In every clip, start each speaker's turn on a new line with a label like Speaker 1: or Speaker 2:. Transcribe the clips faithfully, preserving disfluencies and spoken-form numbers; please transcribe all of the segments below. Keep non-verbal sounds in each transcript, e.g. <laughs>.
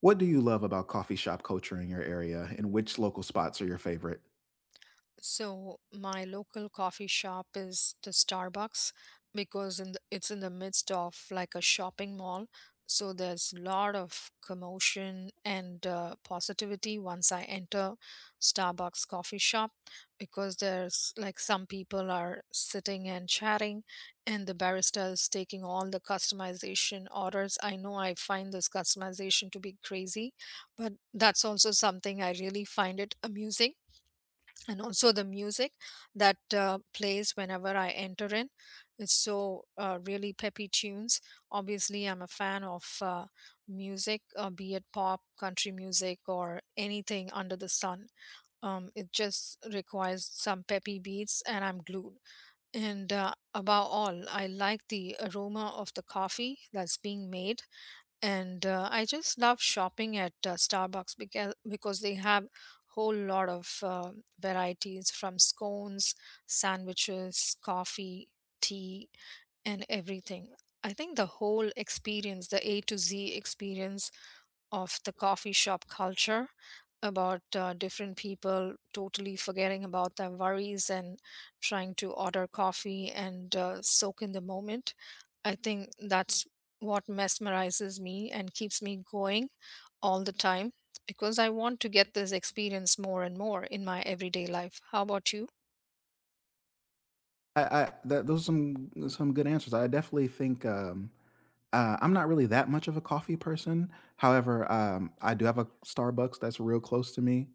Speaker 1: What do you love about coffee shop culture in your area, and which local spots are your favorite?
Speaker 2: So my local coffee shop is the Starbucks because in the, it's in the midst of like a shopping mall. So there's a lot of commotion and uh, positivity once I enter Starbucks coffee shop because there's like some people are sitting and chatting, and the barista is taking all the customization orders. I know I find this customization to be crazy, but that's also something I really find it amusing, and also the music that uh, plays whenever I enter in. It's so uh, really peppy tunes. Obviously, I'm a fan of uh, music, uh, be it pop, country music, or anything under the sun. Um, it just requires some peppy beats, and I'm glued. And uh, above all, I like the aroma of the coffee that's being made, and uh, I just love shopping at uh, Starbucks because because they have whole lot of uh, varieties from scones, sandwiches, coffee, tea, and everything. I think the whole experience, the A to Z experience, of the coffee shop culture about uh, different people totally forgetting about their worries and trying to order coffee and uh, soak in the moment. I think that's what mesmerizes me and keeps me going all the time because I want to get this experience more and more in my everyday life. How about you?
Speaker 1: I, I that those are some some good answers. I definitely think um, uh, I'm not really that much of a coffee person. However, um, I do have a Starbucks that's real close to me,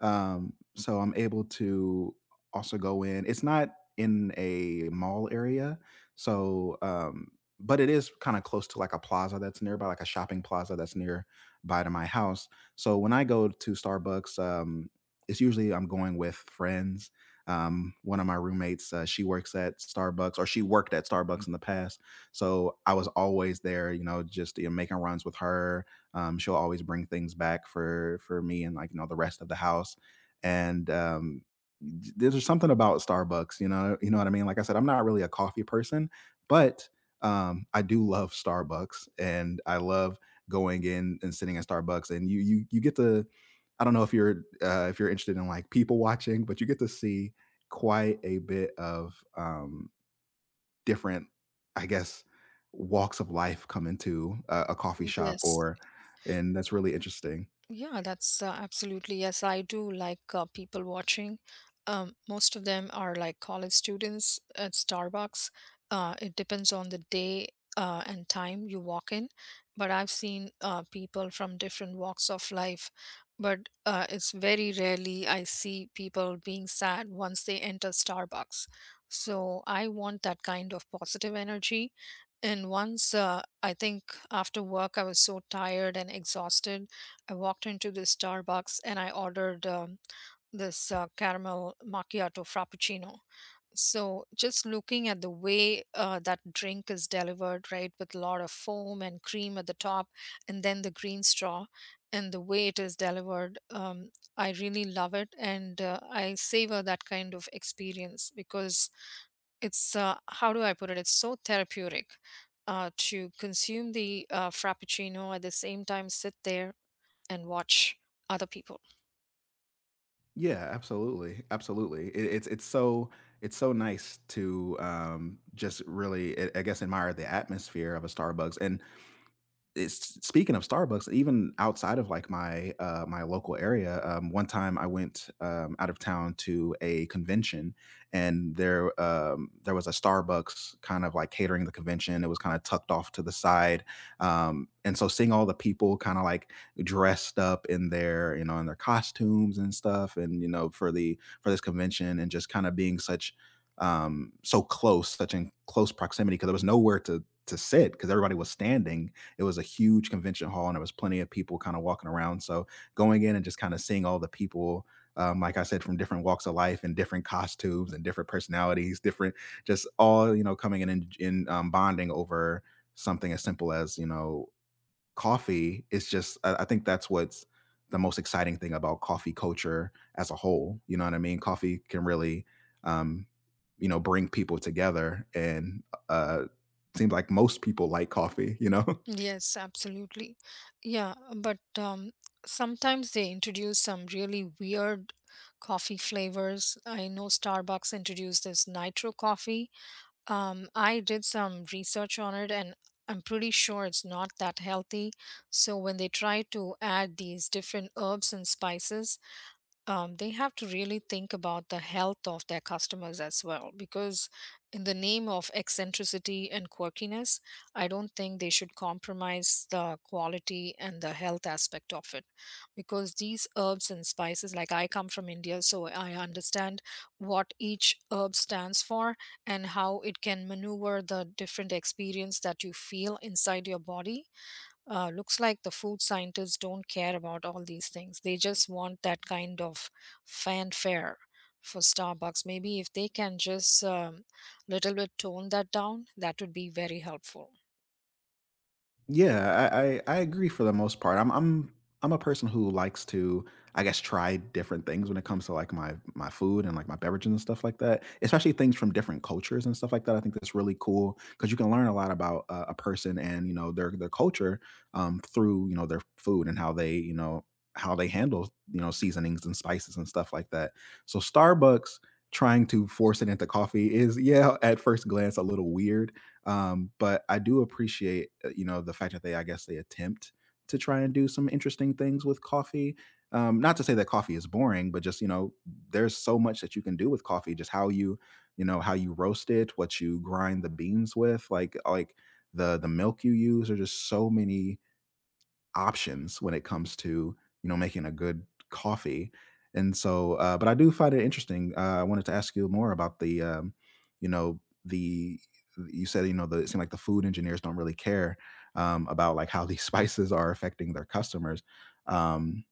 Speaker 1: um, so I'm able to also go in. It's not in a mall area, so um, but it is kind of close to like a plaza that's nearby, like a shopping plaza that's nearby to my house. So when I go to Starbucks, um, it's usually I'm going with friends, um, one of my roommates, uh, she works at Starbucks, or she worked at Starbucks in the past. So I was always there, you know, just you know, making runs with her. Um, she'll always bring things back for for me and like you know the rest of the house. And um, d- there's something about Starbucks, you know, you know what I mean. Like I said, I'm not really a coffee person, but um, I do love Starbucks, and I love going in and sitting at Starbucks, and you you you get to, I don't know if you're uh, if you're interested in like people watching, but you get to see quite a bit of um, different, I guess, walks of life come into a, a coffee shop,
Speaker 2: Yes.
Speaker 1: or and that's really interesting.
Speaker 2: Yeah, that's uh, absolutely. Yes, I do like uh, people watching. Um, most of them are like college students at Starbucks. Uh, it depends on the day uh, and time you walk in, but I've seen uh, people from different walks of life. But uh, it's very rarely I see people being sad once they enter Starbucks. So I want that kind of positive energy. And once, uh, I think after work, I was so tired and exhausted. I walked into this Starbucks and I ordered um, this uh, caramel macchiato frappuccino. So just looking at the way uh, that drink is delivered, right, with a lot of foam and cream at the top, and then the green straw, and the way it is delivered, um, I really love it, and uh, I savor that kind of experience because it's uh, how do I put it? It's so therapeutic uh, to consume the uh, frappuccino at the same time sit there and watch other people.
Speaker 1: Yeah, absolutely, absolutely. It, it's it's so, it's so nice to um, just really, I I guess, admire the atmosphere of a Starbucks, and it's, speaking of Starbucks, even outside of like my uh, my local area, um, one time I went, um, out of town to a convention, and there, um, there was a Starbucks kind of like catering the convention. It was kind of tucked off to the side, um, and so seeing all the people kind of like dressed up in their, you know, in their costumes and stuff, and you know for the for this convention, and just kind of being such, um so close, such in close proximity, because there was nowhere to to sit because everybody was standing. It was a huge convention hall, and there was plenty of people kind of walking around. So going in and just kind of seeing all the people, um, like I said, from different walks of life and different costumes and different personalities, different, just all, you know, coming in and, and um, bonding over something as simple as, you know, coffee. It's just, I, I think that's what's the most exciting thing about coffee culture as a whole. You know what I mean? Coffee can really, um, you know, bring people together, and uh seems like most people like coffee, you know. <laughs>
Speaker 2: Yes, absolutely. Yeah, but um, sometimes they introduce some really weird coffee flavors. I know Starbucks introduced this nitro coffee. Um, I did some research on it, and I'm pretty sure it's not that healthy. So when they try to add these different herbs and spices, um, they have to really think about the health of their customers as well, because in the name of eccentricity and quirkiness, I don't think they should compromise the quality and the health aspect of it, because these herbs and spices, like, I come from India, so I understand what each herb stands for and how it can maneuver the different experience that you feel inside your body. Uh, looks like the food scientists don't care about all these things. They just want that kind of fanfare for Starbucks. Maybe if they can just um, little bit tone that down, that would be very helpful.
Speaker 1: Yeah, I, I I agree for the most part. I'm I'm I'm a person who likes to, I guess, try different things when it comes to like my my food and like my beverages and stuff like that. Especially things from different cultures and stuff like that. I think that's really cool because you can learn a lot about uh, a person and you know their their culture, um, through you know their food and how they, you know, how they handle, you know, seasonings and spices and stuff like that. So Starbucks trying to force it into coffee is, yeah, at first glance a little weird, um, but I do appreciate, uh, you know, the fact that they, I guess, they attempt to try and do some interesting things with coffee. Um, not to say that coffee is boring, but just you know, there's so much that you can do with coffee. Just how you, you know, how you roast it, what you grind the beans with, like like the the milk you use. There's just so many options when it comes to, you know, making a good coffee. And so, uh, but I do find it interesting. Uh, I wanted to ask you more about the, um, you know, the, you said you know the, it seemed like the food engineers don't really care, um, about like how these <laughs> spices are affecting their customers. Um,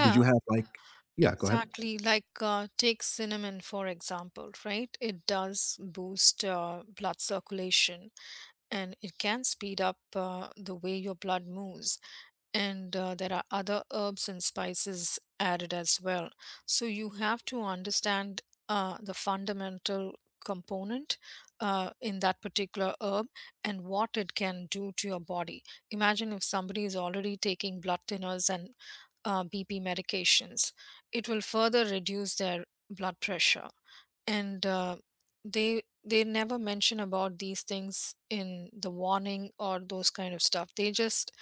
Speaker 1: did you have like, yeah? Go ahead.
Speaker 2: exactly. Like, uh, take cinnamon, for example, right? It does boost uh, blood circulation, and it can speed up uh, the way your blood moves. And uh, there are other herbs and spices added as well, so you have to understand uh, the fundamental component uh, in that particular herb and what it can do to your body. Imagine if somebody is already taking blood thinners and uh, BP medications, it will further reduce their blood pressure, and uh, they they never mention about these things in the warning or those kind of stuff. They just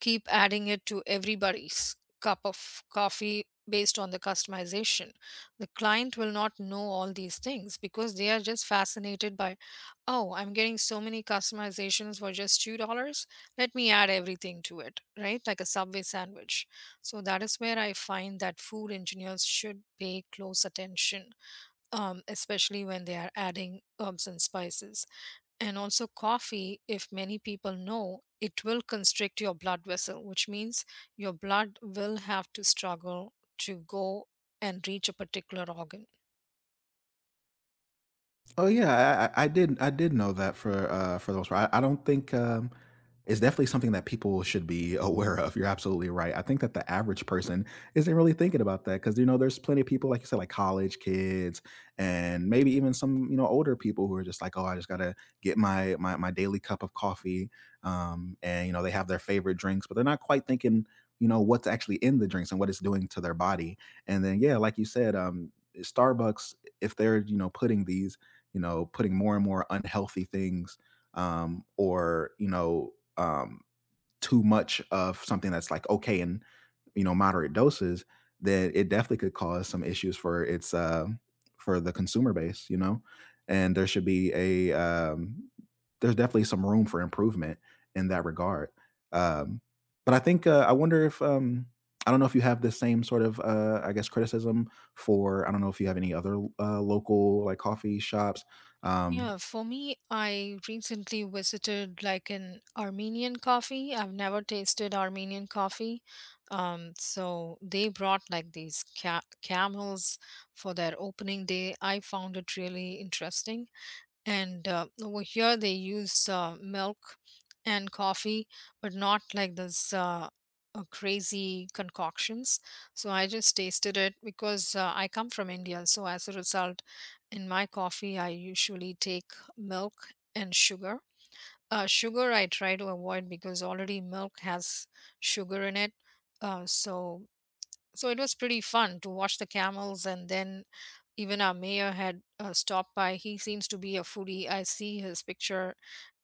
Speaker 2: keep adding it to everybody's cup of coffee based on the customization. The client will not know all these things because they are just fascinated by, oh, I'm getting so many customizations for just two dollars, let me add everything to it, right, like a Subway sandwich. So that is where I find that food engineers should pay close attention, um, especially when they are adding herbs and spices. And also, coffee, if many people know, it will constrict your blood vessel, which means your blood will have to struggle to go and reach a particular organ.
Speaker 1: Oh yeah, I, I I did. I did know that for uh, for the most part. I, I don't think, um, it's definitely something that people should be <laughs> aware of. You're absolutely right. I think that the average person isn't really thinking about that because you know there's plenty of people like you said, like college kids, and maybe even some, you know, older people who are just like, oh, I just gotta get my my my daily cup of coffee, um, and you know they have their favorite drinks, but they're not quite thinking, you know, what's actually in the drinks and what it's doing to their body. And then yeah, like you said, um, Starbucks, if they're, you know, putting these, you know, putting more and more unhealthy things, um, or, you know, um, too much of something that's like okay in, you know, moderate doses, then it definitely could cause some issues for its uh, for the consumer base, you know. And there should be a, um, there's definitely some room for improvement in that regard. Um, but I think uh, I wonder if, um, I don't know if you have the same sort of uh, I guess criticism for, I don't know if you have any other uh, local like coffee shops. Um,
Speaker 2: Yeah, for me, I recently visited like an Armenian coffee. I've never tasted Armenian coffee. Um, so they brought like these ca- camels for their opening day. I found it really interesting, and uh, over here they use uh, milk and coffee, but not like this uh, uh, crazy concoctions. So I just tasted it because uh, I come from India, so as a result, in my coffee I usually take milk and sugar. Uh, sugar I try to avoid because already milk has sugar in it. Uh, so so it was pretty fun to watch the camels, and then even our mayor had uh, stopped by. He seems to be a foodie. I see his picture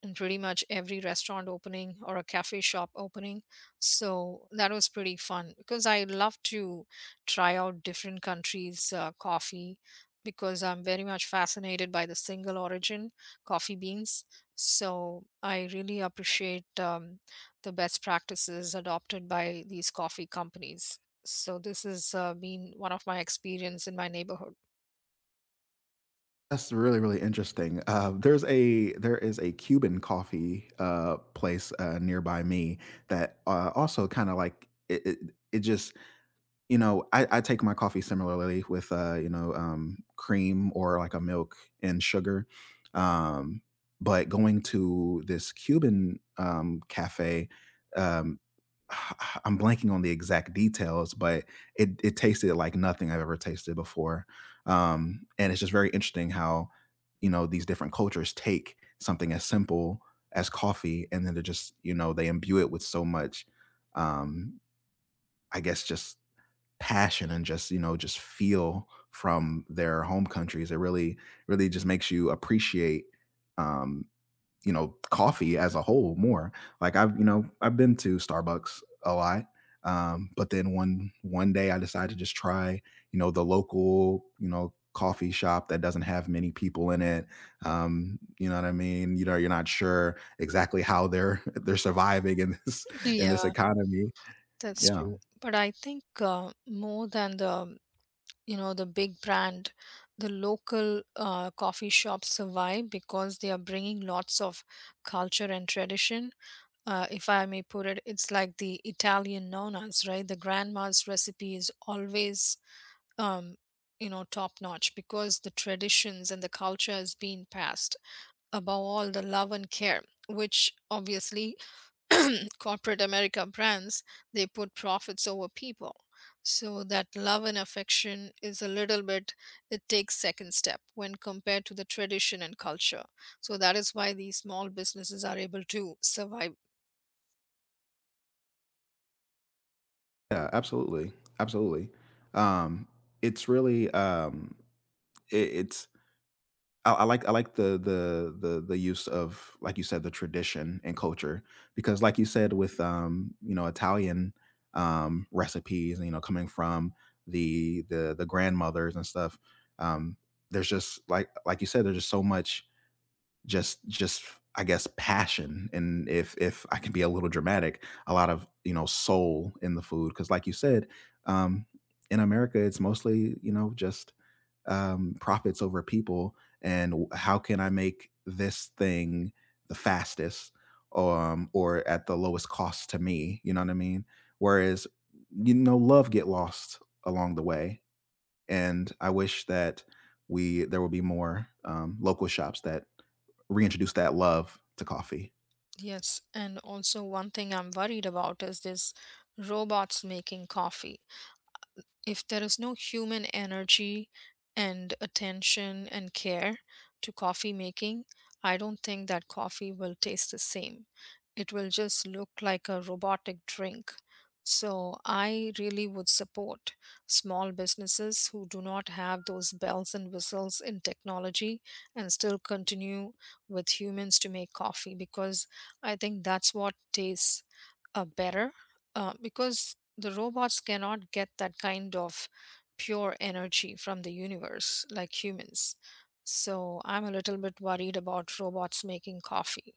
Speaker 2: in pretty much every restaurant opening or a cafe shop opening. So that was pretty fun because I love to try out different countries' uh, coffee, because I'm very much fascinated by the single origin coffee beans. So I really appreciate um, the best practices adopted by these coffee companies. So this has uh, been one of my experience in my neighborhood.
Speaker 1: That's really, really interesting. Uh, there's a, there is a Cuban coffee, uh, place uh, nearby me that uh, also kind of like it, it. It just, you know, I, I take my coffee similarly with, uh, you know, um, cream or like a milk and sugar. Um, but going to this Cuban um cafe, um <sighs> I'm blanking on the exact details, but it it tasted like nothing I've ever tasted before. Um, and it's just very interesting how, you know, these different cultures take something as simple as coffee, and then they just, you know, they imbue it with so much, um, I guess just passion and just, you know, just feel from their home countries. It really, really just makes you appreciate, um you know, coffee as a whole more. Like, I've you know, I've been to Starbucks a lot, um but then one one day I decided to just try, you know, the local, you know, coffee shop that doesn't have many people in it. um you know what I mean, you know you're not sure exactly how they're <laughs> they're surviving in this, in this
Speaker 2: Yeah,
Speaker 1: economy.
Speaker 2: that's
Speaker 1: Yeah.
Speaker 2: true. But I think uh, more than the, you know, the big brand, the local uh, coffee shops survive because they are bringing lots of culture and tradition. Uh, if I may put it, it's like the Italian nonas, right? The grandma's recipe is always um, you know, top notch because the traditions and the culture has been passed above all the love and care, which obviously <clears throat> corporate America brands, they put profits over people, so that love and affection is a little bit, it takes second step when compared to the tradition and culture. So that is why these small businesses are able to survive.
Speaker 1: Yeah, absolutely, absolutely. Um, it's really, um, I it's, I, I like, I like the the the the use of, like you said, the tradition and culture, because like you said with, um you know, Italian, um recipes, you know, coming from the the the grandmothers and stuff, um there's just like like you said, there's just so much, just just I guess, passion, and if if I can be a little dramatic, a lot of, you know, soul in the food. 'Cause like you said, um, in America it's mostly, you know, just, um profits over people, and w- how can I make this thing the fastest, um or at the lowest cost to me, you know what I mean? Whereas, you know, love get lost along the way, and I wish that, we there will be more, um, local shops that reintroduce that love to coffee.
Speaker 2: Yes, and also one thing I'm worried about is this robots making coffee. If there is no human energy and attention and care to coffee making, I don't think that coffee will taste the same. It will just look like a robotic drink. So I really would support small businesses who do not have those bells and whistles in technology and still continue with humans to make coffee because I think that's what tastes uh, better, uh, because the robots cannot get that kind of pure energy from the universe like humans. So I'm a little bit worried about robots making coffee.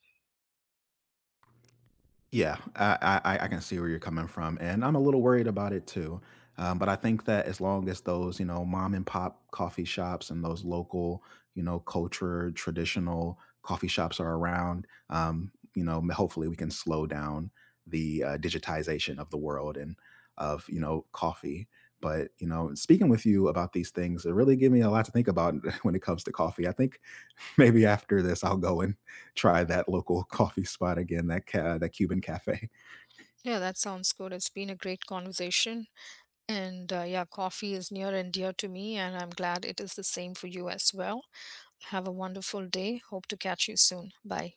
Speaker 1: Yeah, I, I I can see where you're coming from, and I'm a little worried about it too. Um, but I think that as long as those, you know, mom and pop coffee shops and those local, you know, culture traditional coffee shops are around, um, you know, hopefully we can slow down the uh, digitization of the world, and of, you know, coffee. But you know, speaking with you about these things, it really gave me a lot to think about <laughs> when it comes to coffee. I think <laughs> maybe after this, I'll go and try that local <laughs> coffee spot again, that ca- that Cuban cafe.
Speaker 2: Yeah, that sounds good. It's been a great conversation. And uh, yeah, coffee is near and dear to me, and I'm glad it is the same for you as well. Have a wonderful day. Hope to catch you soon. Bye.